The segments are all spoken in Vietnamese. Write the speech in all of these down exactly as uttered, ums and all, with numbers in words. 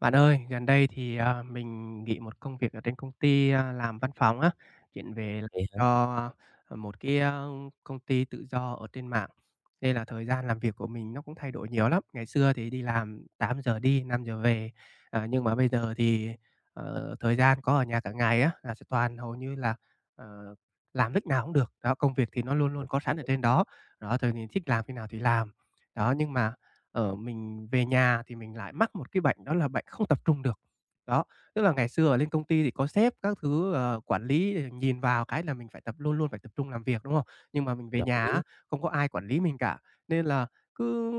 Bạn ơi, gần đây thì, à, mình nghỉ một công việc ở trên công ty, a, làm văn phòng á, chuyển về làm Vậy hả? cho, ờ, một cái, a, công ty tự do ở trên mạng, nên là thời gian làm việc của mình nó cũng thay đổi nhiều lắm. Ngày xưa thì đi làm tám giờ đi, năm giờ về, à, nhưng mà bây giờ thì, ờ, thời gian có ở nhà cả ngày á, là sẽ toàn hầu như là, ờ, làm lúc nào cũng được. Đó, công việc thì nó luôn luôn có sẵn ở trên đó, đó, rồi mình thích làm khi nào thì làm. Đó, nhưng mà ở mình về nhà thì mình lại mắc một cái bệnh, đó là bệnh không tập trung được. Đó, tức là ngày xưa ở lên công ty thì có sếp các thứ, ờ, quản lý thì nhìn vào cái là mình phải tập luôn luôn phải tập trung làm việc, đúng không? Nhưng mà mình về Đồng nhà ý, á, không có ai quản lý mình cả, nên là cứ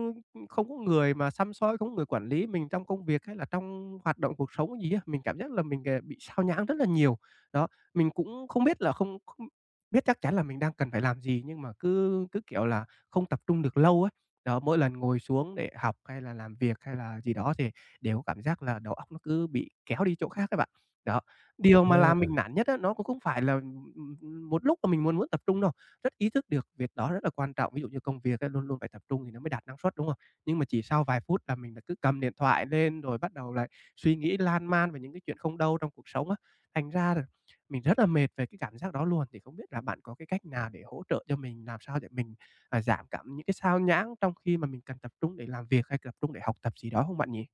không có người mà xăm soi, không có người quản lý mình trong công việc hay là trong hoạt động cuộc sống gì á, mình cảm giác là mình, ờ, bị sao nhãng rất là nhiều. Đó, mình cũng không biết là không không biết chắc chắn là mình đang cần phải làm gì, nhưng mà cứ cứ, kiểu là, không tập trung được lâu á. Đó, mỗi lần ngồi xuống để học hay là làm việc hay là gì đó thì đều có cảm giác là đầu óc nó cứ bị kéo đi chỗ khác các bạn. Đó, thiệt điều mà làm ha. mình nản nhất á, nó cũng không phải là, ừm, một lúc mà mình muốn muốn tập trung đâu. Rất ý thức được việc đó rất là quan trọng, ví dụ như công việc á, luôn luôn phải tập trung thì nó mới đạt năng suất, đúng không? Nhưng mà chỉ sau vài phút là mình lại cứ cầm điện thoại lên rồi bắt đầu lại suy nghĩ lan man về những cái chuyện không đâu trong cuộc sống á. Thành ra là mình rất là mệt về cái cảm giác đó luôn, thì không biết là bạn có cái cách nào để hỗ trợ cho mình, làm sao để mình à, giảm cảm những cái sao nhãng trong khi mà mình cần tập trung để làm việc hay tập trung để học tập gì đó không bạn nhỉ?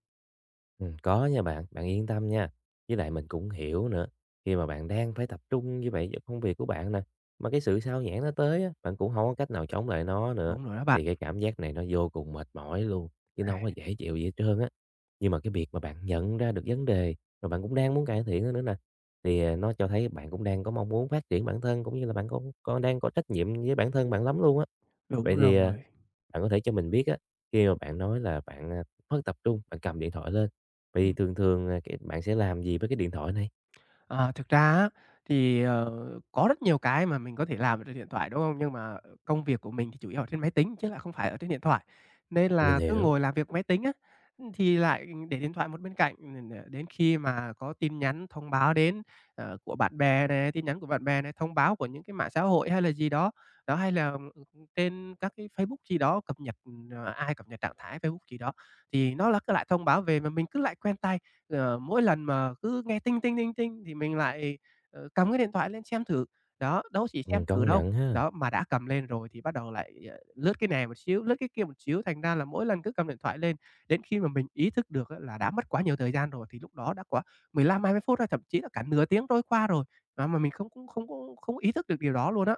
Ừm, có nha bạn, bạn yên tâm nha. Với lại mình cũng hiểu nữa, khi mà bạn đang phải tập trung như vậy cho công việc của bạn nè, mà cái sự sao nhãng nó tới á, bạn cũng không có cách nào chống lại nó nữa, Đúng rồi đó bạn. thì cái cảm giác này nó vô cùng mệt mỏi luôn, chứ nó À, không có dễ chịu gì hết trơn á. Nhưng mà cái việc mà bạn nhận ra được vấn đề, rồi bạn cũng đang muốn cải thiện nó nữa nè, thì, à, nó cho thấy bạn cũng đang có mong muốn phát triển bản thân, cũng như là bạn có có đang có trách nhiệm với bản thân bạn lắm luôn á. đúng Vậy thì, à, rồi. bạn có thể cho mình biết á, khi mà bạn nói là bạn, à, mất tập trung, bạn cầm điện thoại lên, vậy thì thường thường, à, cái bạn sẽ làm gì với cái điện thoại này? Ờ, thực ra á thì, ờ, có rất nhiều cái mà mình có thể làm ở trên điện thoại, đúng không? Nhưng mà công việc của mình thì chủ yếu ở trên máy tính chứ lại không phải ở trên điện thoại, nên Mình là cứ hiểu, ngồi làm việc máy tính á, thì lại để điện thoại một bên cạnh, ừm, ờ, đến khi mà có tin nhắn thông báo đến, ờ, của bạn bè này, tin nhắn của bạn bè này, thông báo của những cái mạng xã hội hay là gì đó, đó, hay là, trên các cái Facebook gì đó cập nhật, ờ, ai cập nhật trạng thái Facebook gì đó, thì nó là cứ lại thông báo về mà mình cứ lại quen tai. Ờ, mỗi lần mà cứ nghe tinh tinh tinh tinh thì mình lại, ờ, cầm cái điện thoại lên xem thử. Đó, đâu chỉ xem ừm, thử công đâu, nhận ha. đó, mà đã cầm lên rồi thì bắt đầu lại, ờ, lướt cái này một xíu, lướt cái kia một xíu, thành ra là mỗi lần cứ cầm điện thoại lên, đến khi mà mình ý thức được á là đã mất quá nhiều thời gian rồi thì lúc đó đã quá mười lăm hai mươi phút rồi, thậm chí là cả nửa tiếng trôi qua rồi, đó, mà mình không cũng không có không ý thức được điều đó luôn á.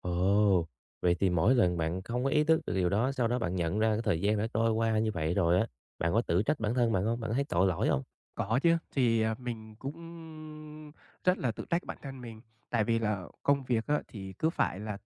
Ồ, vậy thì mỗi lần bạn không có ý thức được điều đó, sau đó bạn nhận ra cái thời gian đã trôi qua như vậy rồi á, bạn có tự trách bản thân bạn không? Bạn thấy tội lỗi không? Có chứ, thì, à, mình cũng rất là tự trách bản thân mình, tại vì là công việc á thì cứ phải là,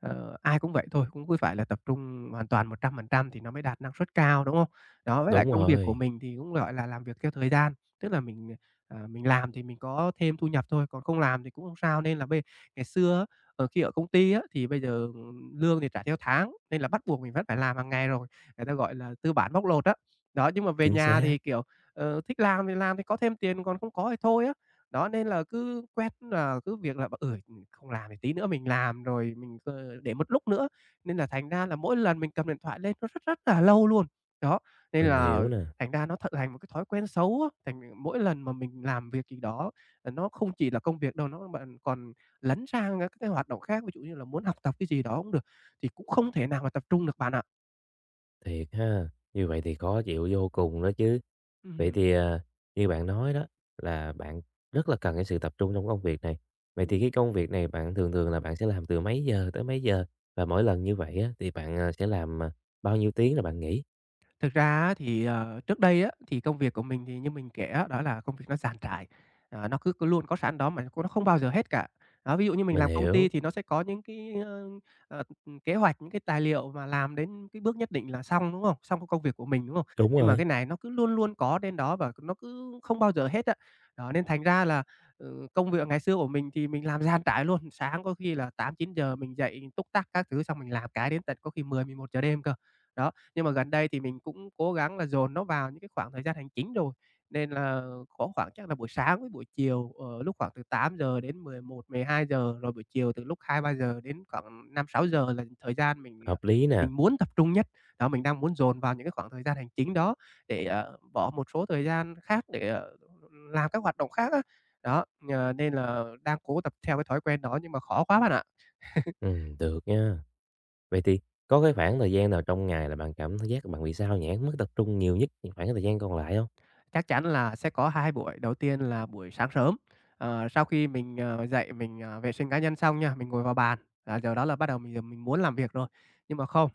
ờ, ai cũng vậy thôi, cũng cứ phải là tập trung hoàn toàn một trăm phần trăm thì nó mới đạt năng suất cao, đúng không? Đó, với lại Đúng công việc của rồi, mình thì cũng, gọi là, làm việc theo thời gian, tức là mình, ờ, mình làm thì mình có thêm thu nhập thôi, còn không làm thì cũng không sao. Nên là bây ngày xưa á, ờ, khi ở công ty á thì bây giờ, lương thì trả theo tháng, nên là bắt buộc mình vẫn phải làm hàng ngày rồi, người ta gọi là tư bản bóc lột á. Đó, nhưng mà về chính nhà xác, thì, kiểu, ờ, thích làm thì làm thì có thêm tiền, còn không có thì thôi á. Đó, nên là cứ quét là cứ việc là, ừ, không làm thì tí nữa mình làm rồi mình, ờ, để một lúc nữa, nên là thành ra là mỗi lần mình cầm điện thoại lên nó rất rất là lâu luôn. Đó, nên mình là hiểu nè, thành ra nó thật thành một cái thói quen xấu á, thành mỗi lần mà mình làm việc gì đó, ờ, nó không chỉ là công việc đâu, nó bạn còn lấn sang các cái hoạt động khác, ví dụ như là muốn học tập cái gì đó cũng được, thì cũng không thể nào mà tập trung được bạn ạ. thiệt ha, như vậy thì khó chịu vô cùng đó chứ. Vậy Ừm. thì, ờ, như bạn nói đó là bạn rất là cần cái sự tập trung trong công việc này. Vậy thì cái công việc này bạn thường thường là bạn sẽ làm từ mấy giờ tới mấy giờ? Và mỗi lần như vậy á, thì bạn, ờ, sẽ làm, à, bao nhiêu tiếng là bạn nghỉ? Thực ra á thì, ờ, trước đây á, thì công việc của mình thì như mình kể á, đó là công việc nó dàn trải, ờ, nó cứ cứ luôn có sẵn đó mà cô nó không bao giờ hết cả. Đó, ví dụ như mình Mình làm công hiểu, ty thì nó sẽ có những cái, ơ, ờ, kế hoạch, những cái tài liệu mà làm đến cái bước nhất định là xong, đúng không? Xong cái công việc của mình, đúng không? đúng Nhưng mà rồi, cái này nó cứ luôn luôn có đến đó và nó cứ không bao giờ hết á. Đó, nên thành ra là, ừ, công việc ngày xưa của mình thì mình làm dàn trải luôn, sáng có khi là tám chín giờ mình dậy túc tắc các thứ xong mình làm cái đến tận có khi mười mười một giờ đêm cơ. Đó, nhưng mà gần đây thì mình cũng cố gắng là dồn nó vào những cái khoảng thời gian hành chính rồi, nên là có khoảng chắc là buổi sáng với buổi chiều, ờ, lúc khoảng từ tám giờ đến mười một giờ rồi buổi chiều từ lúc hai giờ đến khoảng năm giờ là thời gian mình, ờ, hợp lý nè, mình muốn tập trung nhất. Đó, mình đang muốn dồn vào những cái khoảng thời gian hành chính đó để, ờ, bỏ một số thời gian khác để, ờ, làm các hoạt động khác á. Đó, ờ, nên là đang cố tập theo cái thói quen đó nhưng mà khó quá bạn ạ. ừm, được nha. Vậy thì có cái khoảng thời gian nào trong ngày là bạn cảm thấy giác bạn bị sao nhãng, mất tập trung nhiều nhất những khoảng thời gian còn lại không? Chắc chắn là sẽ có hai buổi, đầu tiên là buổi sáng sớm, ờ, sau khi mình, ờ, dậy mình, ờ, vệ sinh cá nhân xong nha, mình ngồi vào bàn, là giờ đó là bắt đầu mình, ờ, mình muốn làm việc rồi. Nhưng mà không.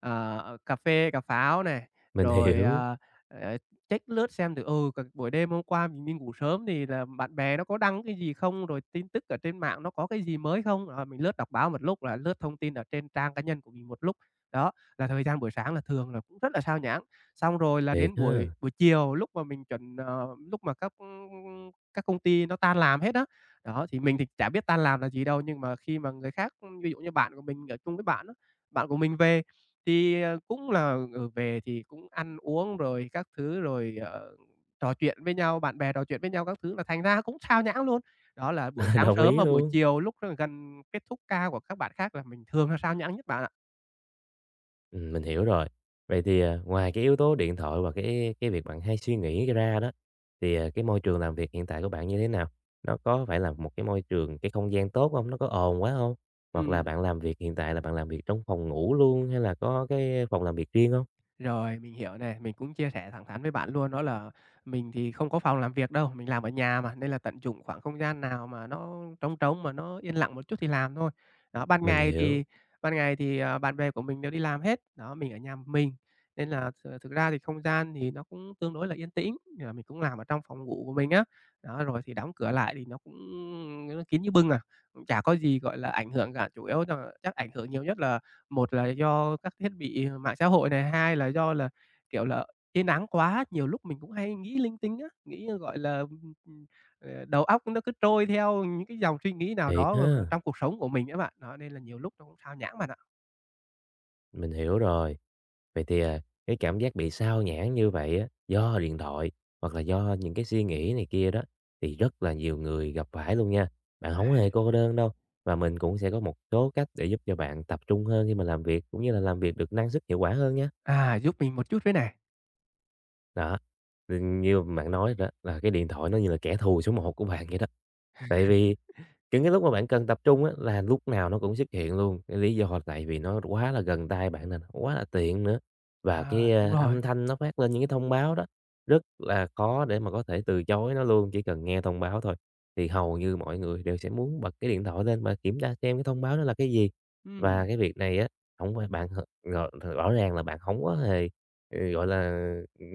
Ờ, ờ, cà phê, cà pháo này, Mình rồi, hiểu, ờ, ờ, check lướt xem thử, ừ, c buổi đêm hôm qua mình đi ngủ sớm thì là bạn bè nó có đăng cái gì không, rồi tin tức ở trên mạng nó có cái gì mới không. Rồi mình lướt đọc báo một lúc, là lướt thông tin ở trên trang cá nhân của mình một lúc. Đó, là thời gian buổi sáng là thường là cũng rất là sao nhãng. Xong rồi là thiệt đến buổi ha, buổi chiều lúc mà mình chuẩn ờ, lúc mà các các công ty nó tan làm hết đó. Đó, thì mình thì chả biết tan làm là gì đâu, nhưng mà khi mà người khác, ví dụ như bạn của mình ở chung với bạn á, bạn của mình về thì, ờ, cũng là, ừ, về thì cũng ăn uống rồi các thứ, rồi, ờ, trò chuyện với nhau, bạn bè trò chuyện với nhau các thứ là thành ra cũng xao nhãng luôn. Đó là buổi sáng đồng sớm ý và buổi luôn. chiều lúc gần kết thúc ca của các bạn khác là mình thường là xao nhãng nhất bạn ạ. Ừm, mình hiểu rồi. Vậy thì, à, ngoài cái yếu tố điện thoại và cái cái việc bạn hay suy nghĩ ra đó, thì, à, cái môi trường làm việc hiện tại của bạn như thế nào? Nó có phải là một cái môi trường, cái không gian tốt không? Nó có ồn quá không? Hoặc là Ừm. bạn làm việc hiện tại là bạn làm việc trong phòng ngủ luôn hay là có cái phòng làm việc riêng không? Rồi, mình hiểu này mình cũng chia sẻ thẳng thắn với bạn luôn, đó là mình thì không có phòng làm việc đâu, mình làm ở nhà mà, nên là tận dụng khoảng không gian nào mà nó trống trống, mà nó yên lặng một chút thì làm thôi. Đó, ban Mình ngày hiểu, thì ban ngày thì, à, bạn bè của mình đều đi làm hết, đó, mình ở nhà một mình, nên là th thực ra thì không gian thì nó cũng tương đối là yên tĩnh, thì là mình cũng làm ở trong phòng ngủ của mình á. Đó, rồi thì đóng cửa lại thì nó cũng nó kín như bưng à, cũng chả có gì, gọi là, ảnh hưởng cả, chủ yếu là chắc ảnh hưởng nhiều nhất là một là do các thiết bị ờ, mạng xã hội này, hai là do là, kiểu là, yên ắng quá, nhiều lúc mình cũng hay nghĩ linh tinh á, nghĩ, ờ, gọi là, ừm, ừm, ờ, đầu óc nó cứ trôi theo những cái dòng suy nghĩ nào thiệt đó mà mà ha! trong cuộc sống của mình á bạn. Đó, nên là nhiều lúc nó cũng xao nhãng bạn ạ. Mình hiểu rồi. Vậy thì, à, cái cảm giác bị sao nhãng như vậy á, do điện thoại hoặc là do những cái suy nghĩ này kia đó, thì rất là nhiều người gặp phải luôn nha. Bạn không hề cô đơn đâu, và mình cũng sẽ có một số cách để giúp cho bạn tập trung hơn khi mà làm việc, cũng như là làm việc được năng suất hiệu quả hơn nhé. À, giúp mình một chút với này. Đó, thì như bạn nói đó, là cái điện thoại nó như là kẻ thù số một của bạn vậy đó. Tại vì những cái lúc mà bạn cần tập trung á, là lúc nào nó cũng xuất hiện luôn, cái lý do là tại vì nó quá là gần tai bạn nè, nó quá là tiện nữa. Và À, cái, đúng a, rồi. âm thanh nó phát lên những cái thông báo đó, rất là khó để mà có thể từ chối nó luôn, chỉ cần nghe thông báo thôi, thì hầu như mọi người đều sẽ muốn bật cái điện thoại lên và kiểm tra xem cái thông báo đó là cái gì. Và Ừm. cái việc này á, không phải bạn h rõ rõ ràng là bạn không có hề, ừ, gọi là,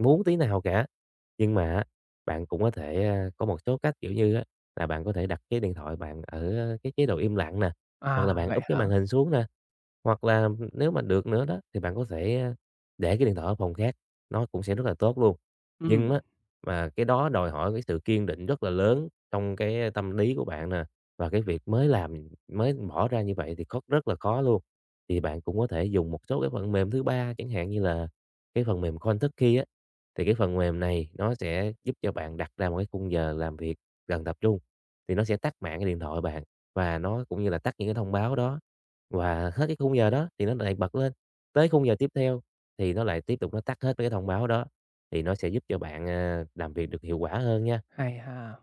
muốn tí nào cả. Nhưng mà á, bạn cũng có thể, a, có một số cách, kiểu như á là bạn có thể đặt cái điện thoại bạn ở cái chế độ im lặng nè, hoặc À, là bạn vậy úp cái hả? màn hình xuống nè. Hoặc là nếu mà được nữa đó thì bạn có thể, a, để cái điện thoại ở phòng khác, nó cũng sẽ rất là tốt luôn. Nhưng Ừm, á, mà cái đó đòi hỏi cái sự kiên định rất là lớn trong cái tâm lý của bạn nè, và cái việc mới làm mới bỏ ra như vậy thì khó rất là khó luôn. Thì bạn cũng có thể dùng một số cái phần mềm thứ ba, chẳng hạn như là cái phần mềm Kentucky á, thì cái phần mềm này nó sẽ giúp cho bạn đặt ra một cái khung giờ làm việc gần tập trung, thì nó sẽ tắt mạng cái điện thoại bạn và nó cũng như là tắt những cái thông báo đó. Và hết cái khung giờ đó thì nó lại bật lên, tới khung giờ tiếp theo thì nó lại tiếp tục nó tắt hết cái thông báo đó, thì nó sẽ giúp cho bạn, à, làm việc được hiệu quả hơn nha. hay ha.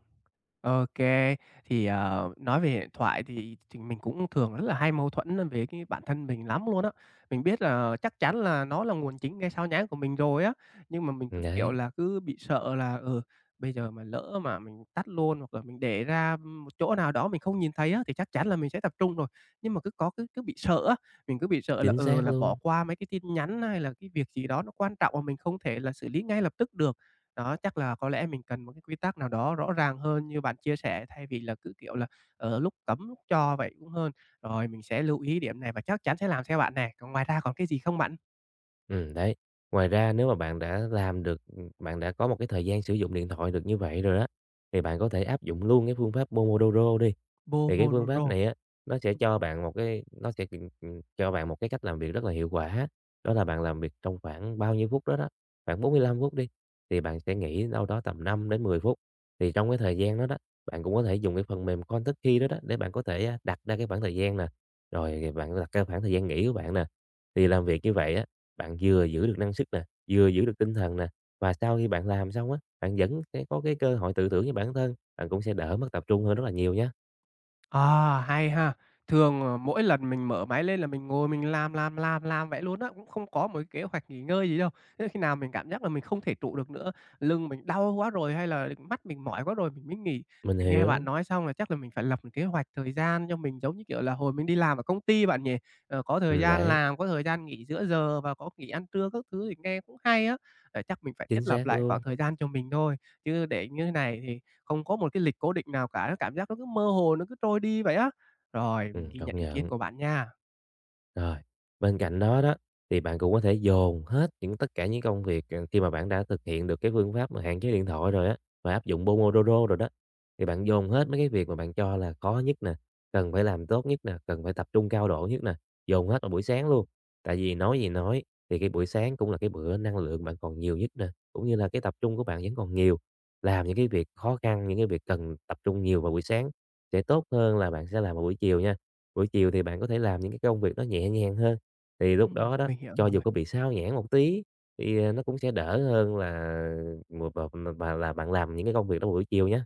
ô kê, thì, ờ, nói về điện thoại thì thì mình cũng thường rất là hay mâu thuẫn về cái bản thân mình lắm luôn á. Mình biết là chắc chắn là nó là nguồn chính gây xao nhãng của mình rồi á, nhưng mà mình cứ, kiểu Đấy, là, cứ bị sợ là, ừ, bây giờ mà lỡ mà mình tắt luôn hoặc là mình để ra một chỗ nào đó mình không nhìn thấy á, thì chắc chắn là mình sẽ tập trung rồi. Nhưng mà cứ có cứ cứ bị sợ á, mình cứ bị sợ là, chính ừ, xác là bỏ luôn. qua mấy cái tin nhắn hay là cái việc gì đó nó quan trọng mà mình không thể là xử lý ngay lập tức được. Đó, chắc là có lẽ mình cần một cái quy tắc nào đó rõ ràng hơn như bạn chia sẻ, thay vì là cứ, kiểu là, ở lúc cấm lúc cho vậy cũng hơn. Rồi, mình sẽ lưu ý điểm này và chắc chắn sẽ làm theo bạn này. Còn ngoài ra còn cái gì không bạn? Ừm, đấy, ngoài ra nếu mà bạn đã làm được bạn đã có một cái thời gian sử dụng điện thoại được như vậy rồi á, thì bạn có thể áp dụng luôn cái phương pháp Pomodoro đi. Thì cái phương pháp pô mô đô rô. này á, nó sẽ cho bạn một cái nó sẽ, ừm, ừm, cho bạn một cái cách làm việc rất là hiệu quả, đó là bạn làm việc trong khoảng bao nhiêu phút đó đó, khoảng bốn mươi lăm phút đi, thì bạn sẽ nghỉ đâu đó tầm năm đến mười phút. Thì trong cái thời gian đó đó, bạn cũng có thể dùng cái phần mềm Kentucky đó đó, để bạn có thể, a, đặt ra cái khoảng thời gian nè, rồi bạn đặt cái khoảng thời gian nghỉ của bạn nè. Thì làm việc như vậy á, bạn vừa giữ được năng sức nè, vừa giữ được tinh thần nè, và sau khi bạn làm xong á, bạn vẫn sẽ có cái cơ hội tự thưởng cho bản thân, bạn cũng sẽ đỡ mất tập trung hơn rất là nhiều nha. À, hay ha! Thường, ờ, mỗi lần mình mở máy lên là mình ngồi mình làm, làm, làm, làm vậy luôn á, cũng không có một cái kế hoạch nghỉ ngơi gì đâu. Thế khi nào mình cảm giác là mình không thể trụ được nữa, lưng mình đau quá rồi hay là mắt mình mỏi quá rồi mình mới nghỉ. Mình Thì nghe bạn hiểu, nói xong là chắc là mình phải lập một kế hoạch thời gian cho mình, giống như kiểu là, hồi mình đi làm ở công ty bạn nhỉ? Ờ, có thời ừm, gian đấy, làm, có thời gian nghỉ giữa giờ và có nghỉ ăn trưa các thứ thì nghe cũng hay á. Ờ, chắc mình phải chính thiết xác lập lại khoảng luôn, thời gian cho mình thôi, chứ để như thế này thì không có một cái lịch cố định nào cả, nó cảm giác nó cứ mơ hồ, nó cứ trôi đi vậy á. Rồi, mình ừm, ghi nhận công ý kiến nhận. của bạn nha. Rồi, bên cạnh đó đó, thì bạn cũng có thể dồn hết những tất cả những công việc, ờ, khi mà bạn đã thực hiện được cái phương pháp mà hạn chế điện thoại rồi á, và áp dụng Pomodoro rồi đó, thì bạn dồn hết mấy cái việc mà bạn cho là khó nhất nè, cần phải làm tốt nhất nè, cần phải tập trung cao độ nhất nè, dồn hết vào buổi sáng luôn. Tại vì nói gì nói thì cái buổi sáng cũng là cái bữa năng lượng bạn còn nhiều nhất nè, cũng như là cái tập trung của bạn vẫn còn nhiều. Làm những cái việc khó khăn, những cái việc cần tập trung nhiều vào buổi sáng sẽ tốt hơn là bạn sẽ làm vào buổi chiều nha. Buổi chiều thì bạn có thể làm những cái công việc nó nhẹ nhàng hơn, thì lúc Ừm, đó đó, Mình hiểu cho dù rồi. có bị sao nhãng một tí thì, ờ, nó cũng sẽ đỡ hơn là một vào và là bạn làm những cái công việc đó buổi chiều nhá.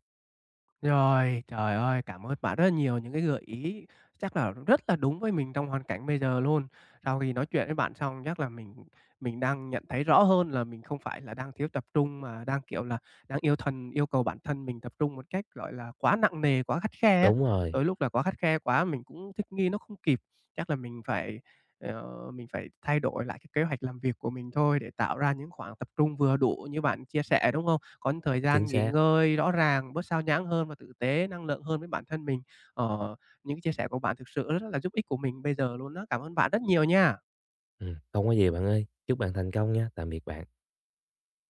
Rồi, trời ơi, cảm ơn bạn rất là nhiều những cái gợi ý chắc là rất là đúng với mình trong hoàn cảnh bây giờ luôn. Sau khi nói chuyện với bạn xong chắc là mình mình đang nhận thấy rõ hơn là mình không phải là đang thiếu tập trung mà đang, kiểu là, đang yêu thần yêu cầu bản thân mình tập trung một cách, gọi là, quá nặng nề, quá khắt khe á. Đúng rồi, Đôi lúc là quá khắt khe quá mình cũng thích nghi nó không kịp. Chắc là mình phải. Ờ, mình phải thay đổi lại cái kế hoạch làm việc của mình thôi để tạo ra những khoảng tập trung vừa đủ như bạn chia sẻ, đúng không? Có những thời chính gian nghỉ xác. ngơi rõ ràng, bớt sao nhãng hơn và tử tế, năng lượng hơn với bản thân mình. Ờ, những cái chia sẻ của bạn thực sự rất là giúp ích của mình bây giờ luôn đó. Cảm ơn bạn rất nhiều nha. Ừm, không có gì bạn ơi, chúc bạn thành công nha. Tạm biệt bạn.